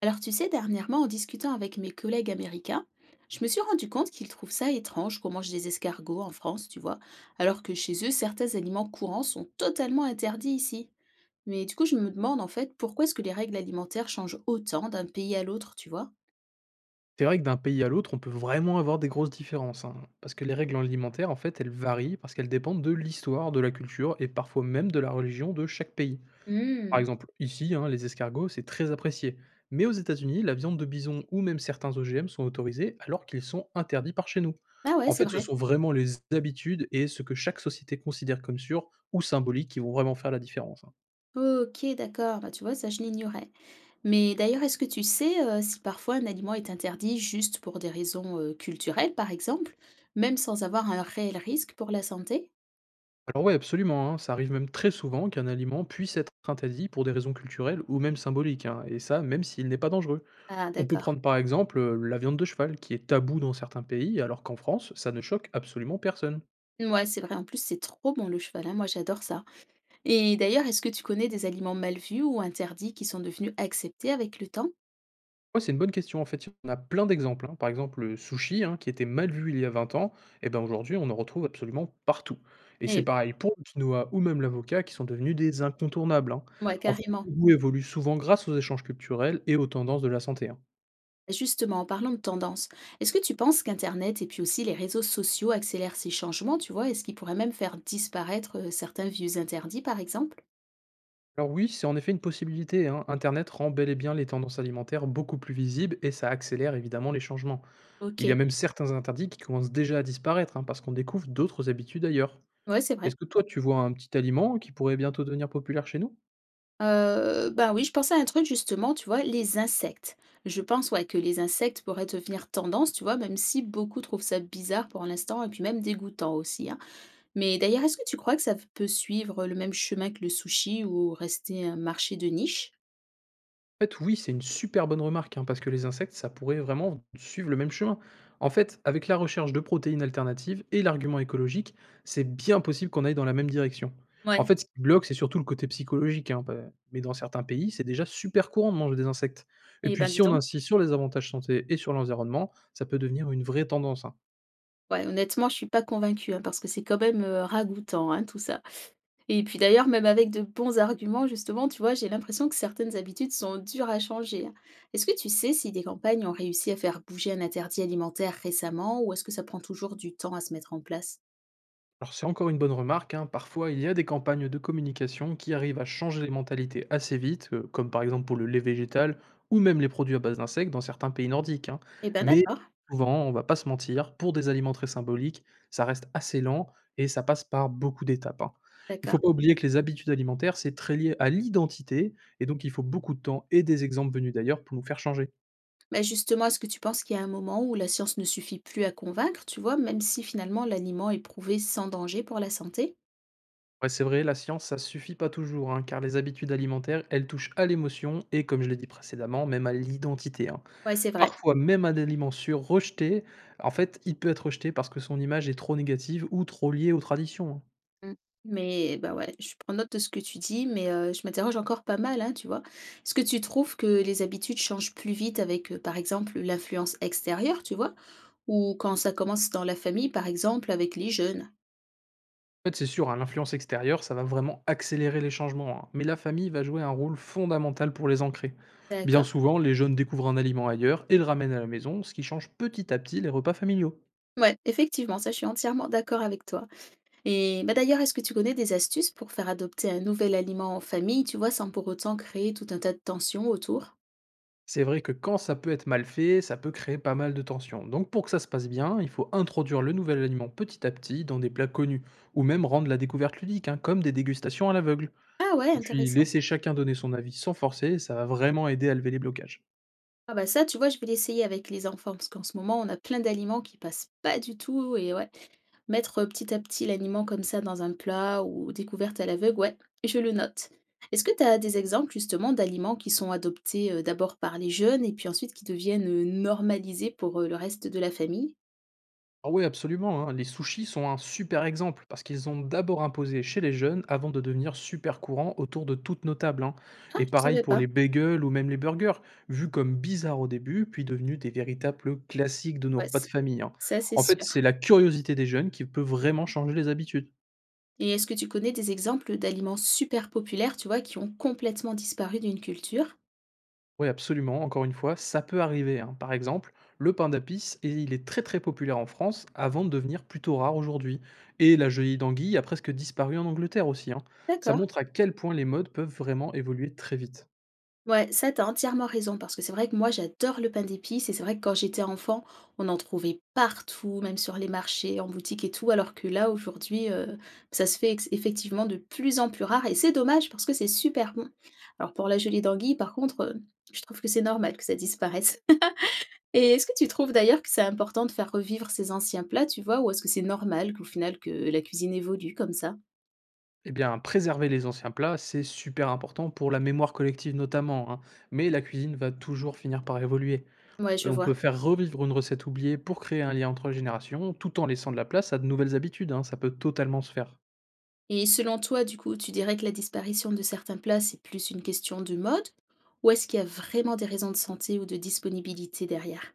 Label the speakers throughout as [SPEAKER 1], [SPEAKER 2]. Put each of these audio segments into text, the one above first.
[SPEAKER 1] Alors tu sais, dernièrement, en discutant avec mes collègues américains, je me suis rendu compte qu'ils trouvent ça étrange qu'on mange des escargots en France, tu vois, alors que chez eux, certains aliments courants sont totalement interdits ici. Mais du coup, je me demande en fait pourquoi est-ce que les règles alimentaires changent autant d'un pays à l'autre, tu vois?
[SPEAKER 2] C'est vrai que d'un pays à l'autre, on peut vraiment avoir des grosses différences, hein, parce que les règles alimentaires, en fait, elles varient parce qu'elles dépendent de l'histoire, de la culture et parfois même de la religion de chaque pays. Par
[SPEAKER 1] Hmm.
[SPEAKER 2] exemple, ici, hein, les escargots, c'est très apprécié. Mais aux États-Unis, la viande de bison ou même certains OGM sont autorisés alors qu'ils sont interdits par chez nous.
[SPEAKER 1] Ah ouais,
[SPEAKER 2] En
[SPEAKER 1] c'est
[SPEAKER 2] fait, ce
[SPEAKER 1] vrai.
[SPEAKER 2] sont vraiment les habitudes et ce que chaque société considère comme sûr ou symbolique qui vont vraiment faire la différence, hein.
[SPEAKER 1] Ok, d'accord. Bah, tu vois, ça, je l'ignorais. Mais d'ailleurs, est-ce que tu sais si parfois un aliment est interdit juste pour des raisons culturelles, par exemple, même sans avoir un réel risque pour la santé?
[SPEAKER 2] Alors oui, absolument, hein. Ça arrive même très souvent qu'un aliment puisse être interdit pour des raisons culturelles ou même symboliques, hein, et ça, même s'il n'est pas dangereux.
[SPEAKER 1] Ah
[SPEAKER 2] On peut
[SPEAKER 1] d'accord.
[SPEAKER 2] prendre par exemple la viande de cheval, qui est taboue dans certains pays, alors qu'en France, ça ne choque absolument personne.
[SPEAKER 1] Ouais c'est vrai, en plus, c'est trop bon le cheval, hein, moi j'adore ça. Et d'ailleurs, est-ce que tu connais des aliments mal vus ou interdits qui sont devenus acceptés avec le temps?
[SPEAKER 2] Ouais, c'est une bonne question, en fait, on a plein d'exemples, hein. Par exemple, le sushi, hein, qui était mal vu il y a 20 ans, et ben aujourd'hui, on en retrouve absolument partout. Et c'est
[SPEAKER 1] Eh
[SPEAKER 2] pareil pour le quinoa ou même l'avocat, qui sont devenus des incontournables, hein.
[SPEAKER 1] ben, ouais,
[SPEAKER 2] En fait,
[SPEAKER 1] carrément.
[SPEAKER 2] le goût évolue souvent grâce aux échanges culturels et aux tendances de la santé, hein.
[SPEAKER 1] Justement, en parlant de tendance, est-ce que tu penses qu'Internet et puis aussi les réseaux sociaux accélèrent ces changements, tu vois? Est-ce qu'ils pourraient même faire disparaître, certains vieux interdits, par exemple?
[SPEAKER 2] Alors oui, c'est en effet une possibilité, hein. Internet rend bel et bien les tendances alimentaires beaucoup plus visibles et ça accélère évidemment les changements. Il y a
[SPEAKER 1] OK,
[SPEAKER 2] même certains interdits qui commencent déjà à disparaître, hein, parce qu'on découvre d'autres habitudes ailleurs.
[SPEAKER 1] ouais, c'est vrai.
[SPEAKER 2] Est-ce que toi tu vois un petit aliment qui pourrait bientôt devenir populaire chez nous?
[SPEAKER 1] Bah, oui, je pensais à un truc justement, tu vois? Les insectes. Je pense, ouais, que les insectes pourraient devenir tendance, tu vois? Même si beaucoup trouvent ça bizarre pour l'instant et puis même dégoûtant aussi, hein. Mais d'ailleurs, est-ce que tu crois que ça peut suivre le même chemin que le sushi ou rester un marché de niche?
[SPEAKER 2] En fait, oui, c'est une super bonne remarque, hein, parce que les insectes, ça pourrait vraiment suivre le même chemin. En fait, avec la recherche de protéines alternatives et l'argument écologique, c'est bien possible qu'on aille dans la même direction. En
[SPEAKER 1] Ouais.
[SPEAKER 2] fait, ce qui bloque, c'est surtout le côté psychologique, hein, bah, mais dans certains pays, c'est déjà super courant de manger des insectes. Et
[SPEAKER 1] Eh
[SPEAKER 2] puis,
[SPEAKER 1] ben, dis
[SPEAKER 2] si on
[SPEAKER 1] donc.
[SPEAKER 2] insiste sur les avantages santé et sur l'environnement, ça peut devenir une vraie tendance, hein.
[SPEAKER 1] Ouais, honnêtement, je suis pas convaincue, hein, parce que c'est quand même, ragoûtant, hein, tout ça. Et puis d'ailleurs, même avec de bons arguments, justement, tu vois, j'ai l'impression que certaines habitudes sont dures à changer, hein. Est-ce que tu sais si des campagnes ont réussi à faire bouger un interdit alimentaire récemment ou est-ce que ça prend toujours du temps à se mettre en place?
[SPEAKER 2] Alors c'est encore une bonne remarque, hein. Parfois, il y a des campagnes de communication qui arrivent à changer les mentalités assez vite, comme par exemple pour le lait végétal ou même les produits à base d'insectes dans certains pays nordiques, hein.
[SPEAKER 1] Eh ben
[SPEAKER 2] Mais
[SPEAKER 1] d'accord,
[SPEAKER 2] souvent, on va pas se mentir, pour des aliments très symboliques, ça reste assez lent et ça passe par beaucoup d'étapes, hein. Il faut
[SPEAKER 1] d'accord.
[SPEAKER 2] pas oublier que les habitudes alimentaires, c'est très lié à l'identité, et donc il faut beaucoup de temps et des exemples venus d'ailleurs pour nous faire changer.
[SPEAKER 1] Bah justement, est-ce que tu penses qu'il y a un moment où la science ne suffit plus à convaincre, tu vois, même si finalement l'aliment est prouvé sans danger pour la santé?
[SPEAKER 2] Ouais, c'est vrai, la science, ça suffit pas toujours, hein, car les habitudes alimentaires, elles touchent à l'émotion et, comme je l'ai dit précédemment, même à l'identité, hein.
[SPEAKER 1] Ouais, c'est vrai.
[SPEAKER 2] Parfois, même un aliment sûr rejeté, en fait, il peut être rejeté parce que son image est trop négative ou trop liée aux traditions, hein.
[SPEAKER 1] Mmh. Mais bah, ouais, je prends note de ce que tu dis, mais je m'interroge encore pas mal, hein, tu vois? Est-ce que tu trouves que les habitudes changent plus vite avec, par exemple, l'influence extérieure, tu vois? Ou quand ça commence dans la famille, par exemple, avec les jeunes?
[SPEAKER 2] En fait, c'est sûr, hein, l'influence extérieure, ça va vraiment accélérer les changements, hein, mais la famille va jouer un rôle fondamental pour les ancrer. Bien
[SPEAKER 1] D'accord.
[SPEAKER 2] souvent, les jeunes découvrent un aliment ailleurs et le ramènent à la maison, ce qui change petit à petit les repas familiaux.
[SPEAKER 1] Ouais, effectivement, ça, je suis entièrement d'accord avec toi. Et bah, d'ailleurs, est-ce que tu connais des astuces pour faire adopter un nouvel aliment en famille, tu vois, sans pour autant créer tout un tas de tensions autour?
[SPEAKER 2] C'est vrai que quand ça peut être mal fait, ça peut créer pas mal de tensions. Donc pour que ça se passe bien, il faut introduire le nouvel aliment petit à petit dans des plats connus, ou même rendre la découverte ludique, hein, comme des dégustations à l'aveugle.
[SPEAKER 1] Ah ouais,
[SPEAKER 2] Et puis
[SPEAKER 1] intéressant.
[SPEAKER 2] laisser chacun donner son avis sans forcer, ça va vraiment aider à lever les blocages.
[SPEAKER 1] Ah bah ça, tu vois, je vais l'essayer avec les enfants parce qu'en ce moment, on a plein d'aliments qui passent pas du tout et ouais, mettre petit à petit l'aliment comme ça dans un plat ou découverte à l'aveugle, ouais, je le note. Est-ce que tu as des exemples justement d'aliments qui sont adoptés d'abord par les jeunes et puis ensuite qui deviennent normalisés pour le reste de la famille?
[SPEAKER 2] Ah oui, absolument, hein. Les sushis sont un super exemple parce qu'ils ont d'abord imposé chez les jeunes avant de devenir super courant autour de toutes nos tables, hein.
[SPEAKER 1] Ah,
[SPEAKER 2] Et
[SPEAKER 1] je
[SPEAKER 2] pareil
[SPEAKER 1] savais
[SPEAKER 2] pour
[SPEAKER 1] pas.
[SPEAKER 2] les bagels ou même les burgers, vus comme bizarres au début, puis devenus des véritables classiques de nos
[SPEAKER 1] Ouais,
[SPEAKER 2] repas de
[SPEAKER 1] c'est-
[SPEAKER 2] famille, hein.
[SPEAKER 1] ça c'est
[SPEAKER 2] En fait,
[SPEAKER 1] sûr.
[SPEAKER 2] c'est la curiosité des jeunes qui peut vraiment changer les habitudes.
[SPEAKER 1] Et est-ce que tu connais des exemples d'aliments super populaires, tu vois, qui ont complètement disparu d'une culture?
[SPEAKER 2] Oui, absolument. Encore une fois, ça peut arriver, hein. Par exemple, le pain d'apice, et il est très très populaire en France avant de devenir plutôt rare aujourd'hui. Et la gelée d'anguille a presque disparu en Angleterre aussi, hein. Ça
[SPEAKER 1] D'accord.
[SPEAKER 2] montre à quel point les modes peuvent vraiment évoluer très vite.
[SPEAKER 1] Ouais, ça, t'as entièrement raison parce que c'est vrai que moi j'adore le pain d'épices et c'est vrai que quand j'étais enfant, on en trouvait partout, même sur les marchés, en boutique et tout, alors que là aujourd'hui, ça se fait ex effectivement de plus en plus rare et c'est dommage parce que c'est super bon. Alors pour la gelée d'anguille, par contre, je trouve que c'est normal que ça disparaisse. Et est-ce que tu trouves d'ailleurs que c'est important de faire revivre ces anciens plats, tu vois? Ou est-ce que c'est normal qu'au final que la cuisine évolue comme ça?
[SPEAKER 2] Eh bien, préserver les anciens plats, c'est super important pour la mémoire collective notamment, hein. Mais la cuisine va toujours finir par évoluer.
[SPEAKER 1] Ouais,
[SPEAKER 2] Et
[SPEAKER 1] je
[SPEAKER 2] on
[SPEAKER 1] vois.
[SPEAKER 2] peut faire revivre une recette oubliée pour créer un lien entre générations, tout en laissant de la place à de nouvelles habitudes, hein. Ça peut totalement se faire.
[SPEAKER 1] Et selon toi, du coup, tu dirais que la disparition de certains plats, c'est plus une question de mode? Ou est-ce qu'il y a vraiment des raisons de santé ou de disponibilité derrière?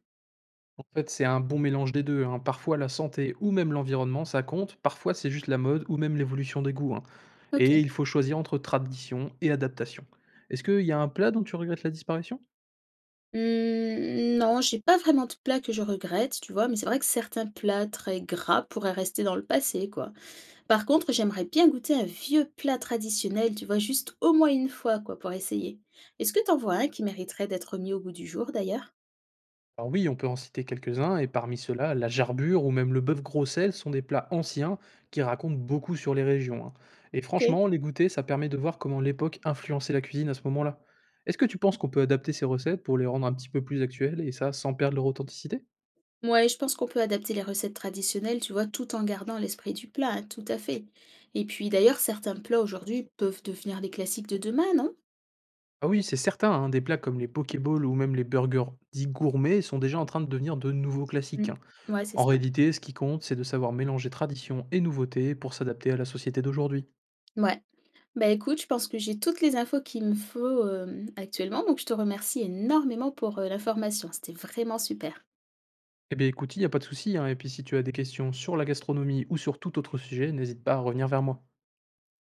[SPEAKER 2] En fait, c'est un bon mélange des deux, hein. Parfois, la santé ou même l'environnement, ça compte. Parfois, c'est juste la mode ou même l'évolution des goûts, hein. Et
[SPEAKER 1] OK.
[SPEAKER 2] il faut choisir entre tradition et adaptation. Est-ce qu'il y a un plat dont tu regrettes la disparition?
[SPEAKER 1] Mmh, non, j'ai pas vraiment de plat que je regrette, tu vois, mais c'est vrai que certains plats très gras pourraient rester dans le passé, quoi. Par contre, j'aimerais bien goûter un vieux plat traditionnel, tu vois, juste au moins une fois, quoi, pour essayer. Est-ce que t'en vois un qui mériterait d'être mis au goût du jour, d'ailleurs?
[SPEAKER 2] Alors oui, on peut en citer quelques-uns, et parmi ceux-là, la jarbure ou même le bœuf grossel sont des plats anciens qui racontent beaucoup sur les régions, hein. Et
[SPEAKER 1] OK.
[SPEAKER 2] franchement, les goûter, ça permet de voir comment l'époque influençait la cuisine à ce moment-là. Est-ce que tu penses qu'on peut adapter ces recettes pour les rendre un petit peu plus actuelles, et ça sans perdre leur authenticité?
[SPEAKER 1] Ouais, je pense qu'on peut adapter les recettes traditionnelles, tu vois, tout en gardant l'esprit du plat, hein, tout à fait. Et puis d'ailleurs, certains plats aujourd'hui peuvent devenir des classiques de demain, non?
[SPEAKER 2] Ah oui, c'est certain, hein, des plats comme les pokéballs ou même les burgers dits gourmets sont déjà en train de devenir de nouveaux classiques, hein.
[SPEAKER 1] Mm. Ouais, c'est
[SPEAKER 2] En
[SPEAKER 1] ça.
[SPEAKER 2] réalité, ce qui compte, c'est de savoir mélanger tradition et nouveauté pour s'adapter à la société d'aujourd'hui.
[SPEAKER 1] Ouais. Bah écoute, je pense que j'ai toutes les infos qu'il me faut actuellement, donc je te remercie énormément pour l'information. C'était vraiment super.
[SPEAKER 2] Eh bien écoute, il n'y a pas de souci, hein, et puis si tu as des questions sur la gastronomie ou sur tout autre sujet, n'hésite pas à revenir vers moi.